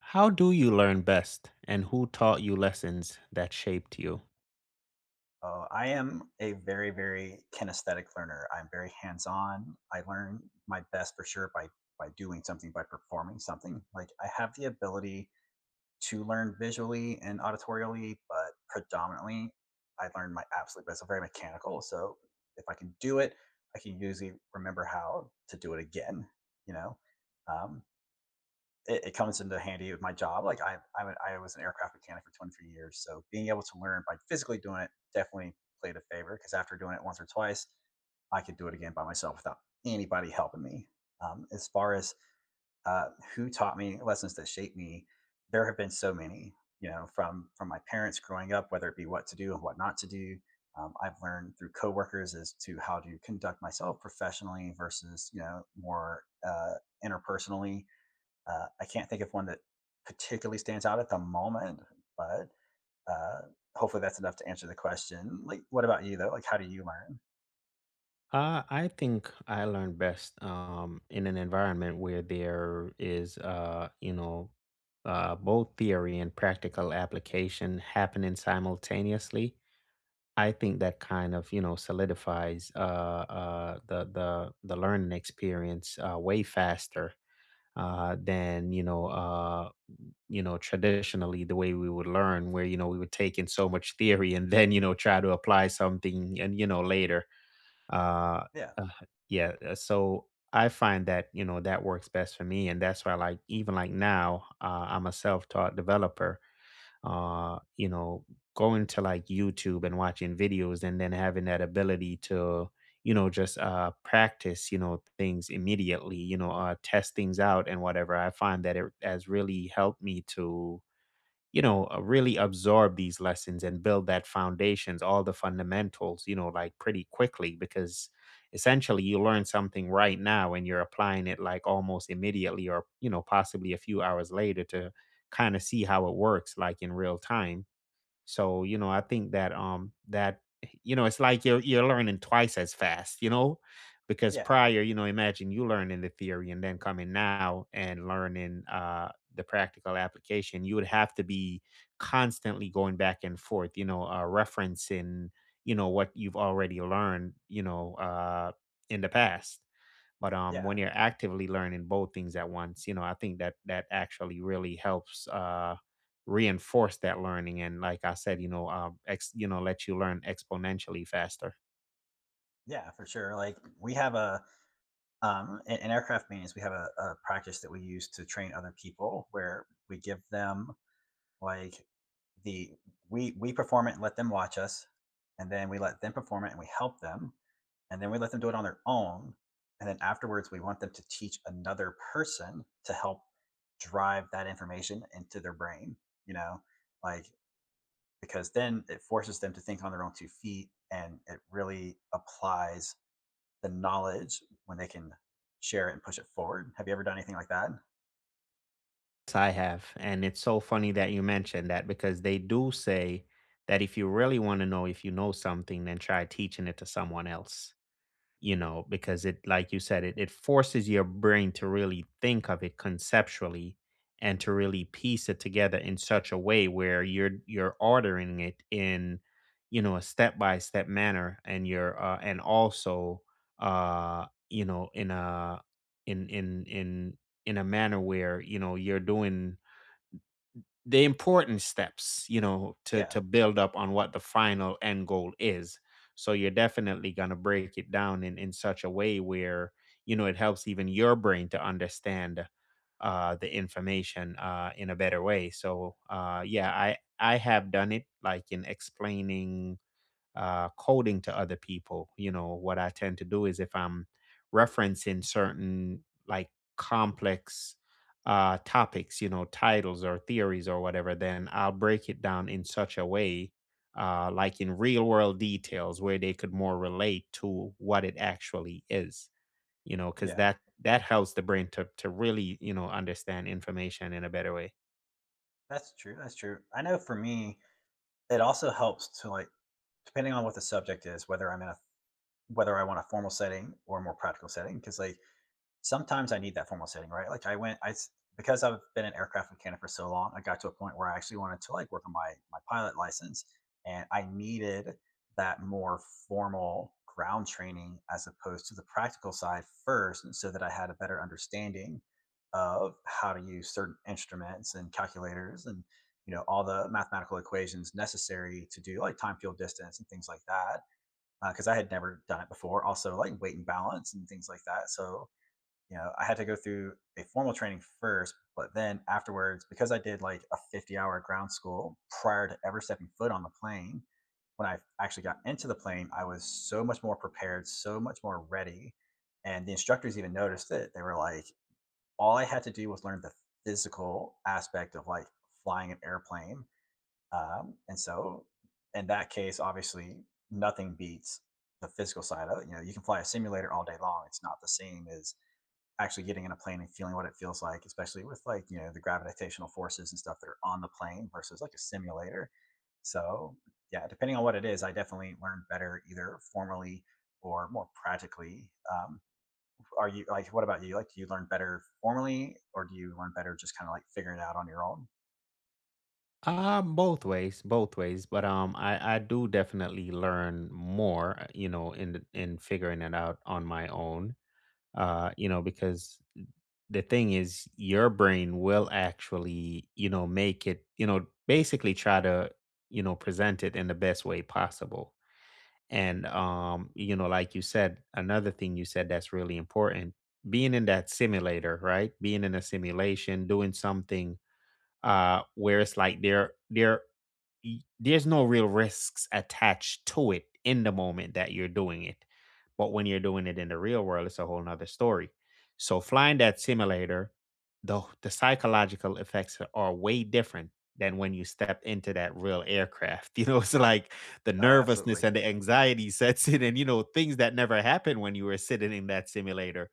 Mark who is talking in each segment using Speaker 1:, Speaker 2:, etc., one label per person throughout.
Speaker 1: How do you learn best, and who taught you lessons that shaped you?
Speaker 2: I am a very, very kinesthetic learner. I'm very hands-on. I learn my best for sure by doing something, by performing something. Like I have the ability to learn visually and auditorially, but predominantly I learn my absolute best. I'm very mechanical. So if I can do it, I can usually remember how to do it again, you know. Um, it comes into handy with my job. Like I was an aircraft mechanic for 23 years, so being able to learn by physically doing it definitely played a favor because after doing it once or twice, I could do it again by myself without anybody helping me. As far as uh, who taught me lessons that shaped me, there have been so many. You know, from my parents growing up, whether it be what to do and what not to do. I've learned through coworkers as to how to conduct myself professionally versus you know more interpersonally. I can't think of one that particularly stands out at the moment, but uh, hopefully that's enough to answer the question. Like, what about you though? Like, how do you learn?
Speaker 1: I think I learn best in an environment where there is both theory and practical application happening simultaneously. I think that kind of solidifies the learning experience way faster than you know. Traditionally the way we would learn, where, we would take in so much theory and then, try to apply something and, later. Uh,
Speaker 2: Yeah,
Speaker 1: uh yeah. So I find that that works best for me. And that's why, like, even like now, I'm a self taught developer. Uh, you know, going to like YouTube and watching videos and then having that ability to just practice, things immediately, test things out and whatever. I find that it has really helped me to really absorb these lessons and build that foundations, all the fundamentals, like pretty quickly, because essentially you learn something right now and you're applying it like almost immediately, or possibly a few hours later, to kind of see how it works like in real time. So, I think that, it's like you're learning twice as fast, you know? Because
Speaker 2: yeah,
Speaker 1: prior, imagine you learning the theory and then coming now and learning the practical application, you would have to be constantly going back and forth, referencing, what you've already learned, in the past. But when
Speaker 2: yeah,
Speaker 1: you're actively learning both things at once, I think that that actually really helps reinforce that learning. And like I said, let you learn exponentially faster.
Speaker 2: yeah, for sure. Like, we have a in aircraft maintenance, we have a practice that we use to train other people, where we give them like the we perform it and let them watch us, and then we let them perform it and we help them, and then we let them do it on their own. And then afterwards, we want them to teach another person to help drive that information into their brain, you know, like because then it forces them to think on their own two feet and it really applies the knowledge when they can share it and push it forward. Have you ever done anything like that?
Speaker 1: Yes, I have, and it's so funny that you mentioned that, because they do say that if you really want to know if you know something, then try teaching it to someone else. Because it, like you said, it forces your brain to really think of it conceptually and to really piece it together in such a way where you're ordering it in, a step by step manner, and you're and also, in a in in a manner where you're doing the important steps, you know, to
Speaker 2: Yeah,
Speaker 1: to build up on what the final end goal is. So you're definitely gonna break it down in such a way where it helps even your brain to understand the information in a better way. So yeah, I have done it, like in explaining coding to other people. What I tend to do is, if I'm referencing certain like complex topics, titles or theories or whatever, then I'll break it down in such a way, like in real world details where they could more relate to what it actually is, because
Speaker 2: yeah,
Speaker 1: that helps the brain to really, understand information in a better way.
Speaker 2: that's true. That's true. I know for me, it also helps to like, depending on what the subject is, whether I'm in a whether I want a formal setting or a more practical setting, because like sometimes I need that formal setting, right? Like I because I've been an aircraft mechanic for so long, I got to a point where I actually wanted to like work on my my pilot license, and I needed that more formal ground training as opposed to the practical side first, and so that I had a better understanding of how to use certain instruments and calculators and you know all the mathematical equations necessary to do like time field distance and things like that because I had never done it before, also like weight and balance and things like that. So you know, I had to go through a formal training first, but then afterwards, because I did like a 50-hour ground school prior to ever stepping foot on the plane, when I actually got into the plane, I was so much more prepared, so much more ready. And the instructors even noticed it. They were like, all I had to do was learn the physical aspect of like flying an airplane. And so, in that case, obviously, nothing beats the physical side of it. You know, you can fly a simulator all day long, it's not the same as actually getting in a plane and feeling what it feels like, especially with like, you know, the gravitational forces and stuff that are on the plane versus like a simulator. So, yeah, depending on what it is, I definitely learn better either formally or more practically. Are you like, what about you? Like, do you learn better formally or do you learn better just kind of like figuring it out on your own?
Speaker 1: Both ways, both ways. But I do definitely learn more, in figuring it out on my own. Because the thing is, your brain will actually, make it, basically try to, present it in the best way possible. And like you said, another thing you said that's really important, being in that simulator, right? Being in a simulation, doing something, where it's like there's no real risks attached to it in the moment that you're doing it. But when you're doing it in the real world, it's a whole nother story. So flying that simulator, the psychological effects are way different than when you step into that real aircraft. It's like the
Speaker 2: Oh, absolutely.
Speaker 1: nervousness and the anxiety sets in, and things that never happened when you were sitting in that simulator.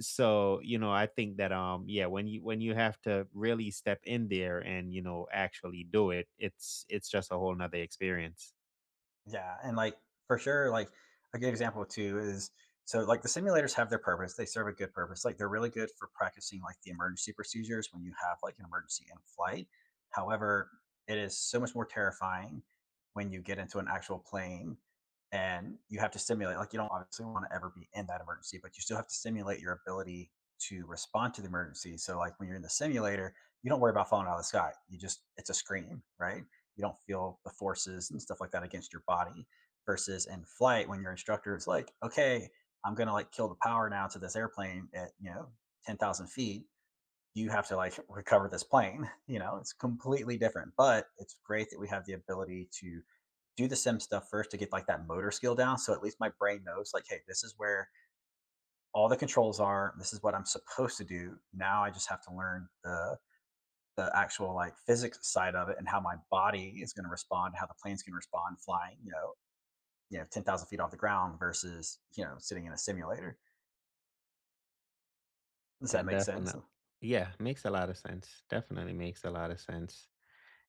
Speaker 1: So I think that, yeah, when you have to really step in there and actually do it, it's just a whole nother experience.
Speaker 2: Yeah, and, like, for sure, like, a good example too is so, like, the simulators have their purpose, they serve a good purpose, like, they're really good for practicing, like, the emergency procedures when you have, like, an emergency in flight. However, it is so much more terrifying when you get into an actual plane and you have to simulate like, you don't obviously wanna ever be in that emergency, but you still have to simulate your ability to respond to the emergency. So, like, when you're in the simulator, you don't worry about falling out of the sky, you just it's a scream, right? You don't feel the forces and stuff like that against your body versus in flight when your instructor is like, okay, I'm gonna like kill the power now to this airplane at you know 10,000 feet, you have to like recover this plane. You know, it's completely different, but it's great that we have the ability to do the sim stuff first to get like that motor skill down, so at least my brain knows like, hey, this is where all the controls are, this is what I'm supposed to do. Now I just have to learn the actual like physics side of it and how my body is going to respond, how the plane's going to respond flying, you know, 10,000 feet off the ground versus, you know, sitting in a simulator. Does that
Speaker 1: And
Speaker 2: make sense?
Speaker 1: definitely, yeah, makes a lot of sense. Definitely makes a lot of sense.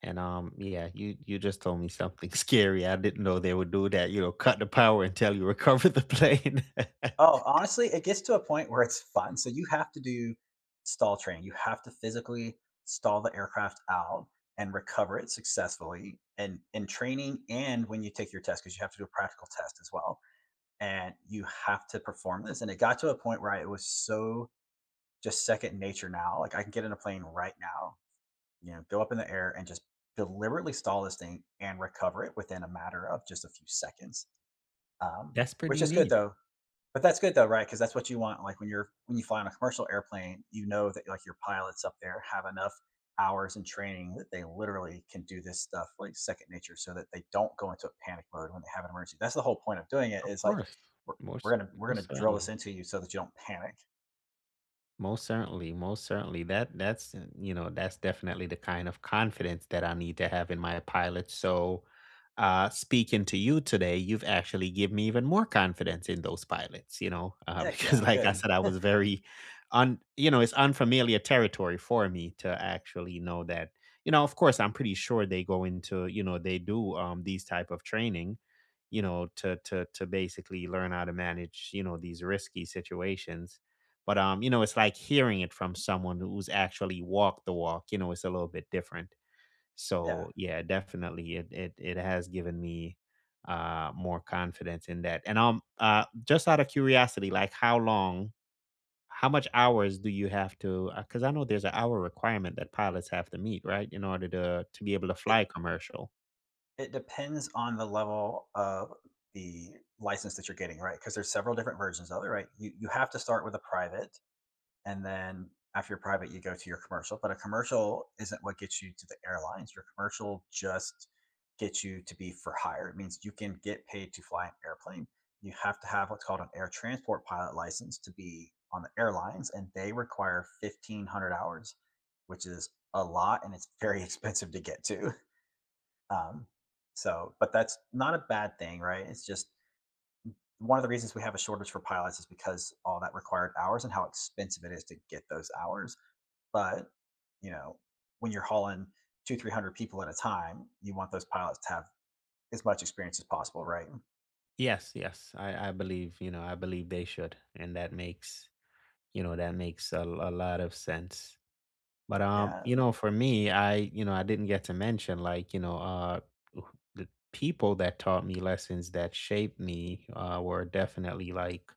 Speaker 1: And yeah, you just told me something scary. I didn't know they would do that, cut the power until you recover the plane
Speaker 2: Oh, honestly, it gets to a point where it's fun. So you have to do stall training. You have to physically stall the aircraft out and recover it successfully, and in training and when you take your test, because you have to do a practical test as well, and you have to perform this. And it got to a point where it was so just second nature now. Like I can get in a plane right now, you know, go up in the air and just deliberately stall this thing and recover it within a matter of just a few seconds. Um,
Speaker 1: that's
Speaker 2: which
Speaker 1: pretty
Speaker 2: is good
Speaker 1: neat.
Speaker 2: though. But that's good though, right? Because that's what you want. Like when you're when you fly on a commercial airplane, you know that like your pilots up there have enough hours in training that they literally can do this stuff like second nature so that they don't go into a panic mode when they have an emergency. That's the whole point of doing it,
Speaker 1: Of
Speaker 2: is like
Speaker 1: course.
Speaker 2: we're,
Speaker 1: most
Speaker 2: we're
Speaker 1: most
Speaker 2: gonna drill this
Speaker 1: certainly.
Speaker 2: into you so that you don't panic.
Speaker 1: Most certainly, most certainly. That that's you know that's definitely the kind of confidence that I need to have in my pilot. So, speaking to you today, you've actually given me even more confidence in those pilots.
Speaker 2: Heck
Speaker 1: Because
Speaker 2: yeah,
Speaker 1: like I
Speaker 2: good.
Speaker 1: said, I was very, it's unfamiliar territory for me to actually know that. Of course, I'm pretty sure they go into you know they do these type of training, to basically learn how to manage these risky situations. But, it's like hearing it from someone who's actually walked the walk; it's a little bit different.
Speaker 2: Yeah.
Speaker 1: So, yeah, definitely it has given me more confidence in that. And just out of curiosity, like how much hours do you have to, cuz I know there's an hour requirement that pilots have to meet, right, in order to be able to
Speaker 2: It
Speaker 1: fly commercial.
Speaker 2: It depends on the level of the license that you're getting, right? Because there's several different versions of it, right? You have to start with a private, and then after your private, you go to your commercial. But a commercial isn't what gets you to the airlines. Your commercial just gets you to be for hire. It means you can get paid to fly an airplane. You have to have what's called an air transport pilot license to be on the airlines, and they require 1,500 hours, which is a lot and it's very expensive to get to. Um, so, but that's not a bad thing, right? It's just one of the reasons we have a shortage for pilots is because all that required hours and how expensive it is to get those hours. But you know, when you're hauling two, 300 people at a time, you want those pilots to have as much experience as possible, right?
Speaker 1: Yes, yes. I believe they should. And that makes, a lot of sense. But
Speaker 2: Yeah,
Speaker 1: for me, I you know I didn't get to mention, like, who- the people that taught me lessons that shaped me were definitely like,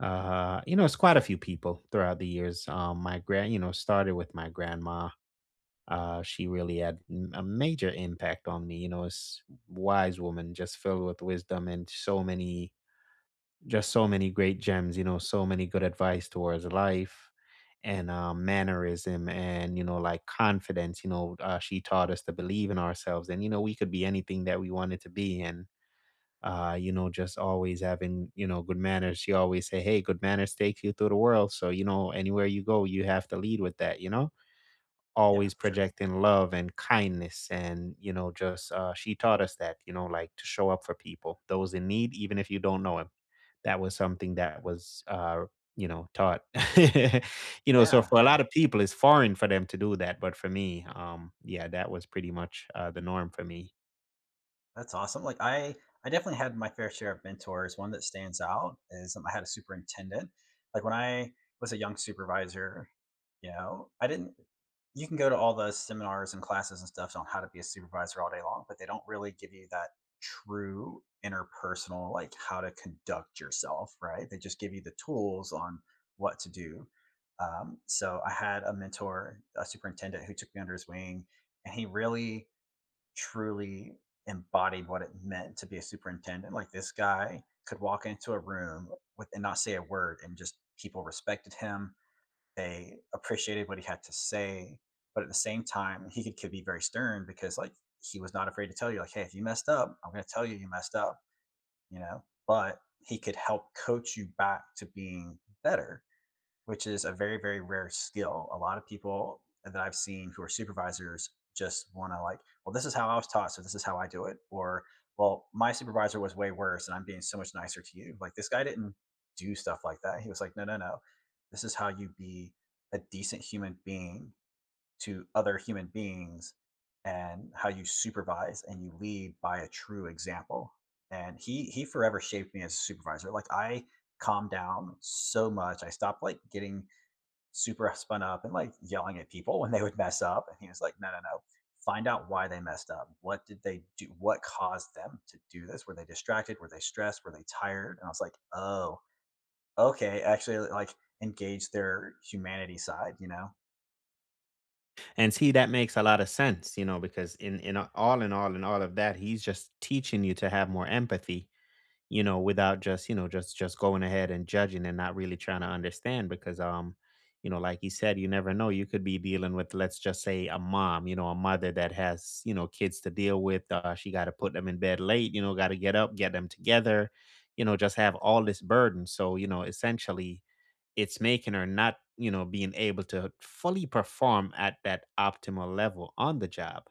Speaker 1: it's quite a few people throughout the years. My grand you know started with my grandma. She really had a major impact on me. You know, it's Wise woman, just filled with wisdom and so many great gems, so many good advice towards life, and mannerism and, like confidence. She taught us to believe in ourselves and, we could be anything that we wanted to be. And, just always having, good manners. She always say, hey, good manners takes you through the world. So, anywhere you go, you have to lead with that, you know?
Speaker 2: yeah,
Speaker 1: Always
Speaker 2: for sure.
Speaker 1: projecting love and kindness, and just she taught us that, like to show up for people, those in need, even if you don't know him. That was something that was taught. So
Speaker 2: Yeah,
Speaker 1: for a lot
Speaker 2: yeah.
Speaker 1: of people it's foreign for them to do that, but for me, yeah, that was pretty much the norm for me.
Speaker 2: That's awesome. Like I definitely had my fair share of mentors. One that stands out is I had a superintendent. Like when I was a young supervisor, you know, I didn't. You can go to all the seminars and classes and stuff on how to be a supervisor all day long, but they don't really give you that true interpersonal, like how to conduct yourself, right? They just give you the tools on what to do. So I had a mentor, a superintendent who took me under his wing, and he really truly embodied what it meant to be a superintendent. Like this guy could walk into a room with and not say a word, and just people respected him. They appreciated what he had to say, but at the same time, he could be very stern because like he was not afraid to tell you, like, hey, if you messed up, I'm going to tell you you messed up, you know. But he could help coach you back to being better, which is a very very rare skill. A lot of people that I've seen who are supervisors just want to like, well, this is how I was taught, so this is how I do it, or well, my supervisor was way worse and I'm being so much nicer to you. Like this guy didn't do stuff like that. He was like, no, no, no, this is how you be a decent human being to other human beings, and how you supervise and you lead by a true example. And he forever shaped me as a supervisor. Like I calmed down so much, I stopped like getting super spun up and like yelling at people when they would mess up. And he was like, no, no, no. Find out why they messed up. What did they do? What caused them to do this? Were they distracted? Were they stressed? Were they tired? And I was like, oh, okay. Actually, like engage their humanity side, you know?
Speaker 1: And see, that makes a lot of sense, because in a- all in all in all of that, he's just teaching you to have more empathy, without just, just going ahead and judging and not really trying to understand, because like you said, you never know. You could be dealing with, let's just say, a mom, a mother that has, kids to deal with. She got to put them in bed late, got to get up, get them together, just have all this burden. So, essentially, it's making her not, being able to fully perform at that optimal level on the job.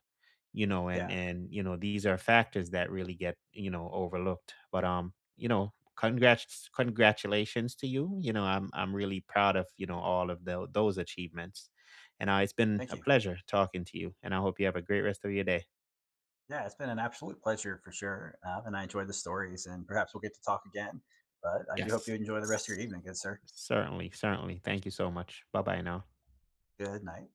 Speaker 1: you know and
Speaker 2: Yeah.
Speaker 1: and you know these are factors that really get overlooked. But you know congrats congratulations to you, you know I'm really proud of all of those achievements. And it's been
Speaker 2: Thank
Speaker 1: a
Speaker 2: you.
Speaker 1: pleasure talking to you, and I hope you have a great rest of your day.
Speaker 2: Yeah. It's been an absolute pleasure for sure. And I enjoyed the stories, and perhaps we'll get to talk again. But I do hope
Speaker 1: Yes.
Speaker 2: you enjoy the rest of your
Speaker 1: S-
Speaker 2: evening, good sir.
Speaker 1: Certainly, certainly, thank you so much. Bye bye now.
Speaker 2: Good night.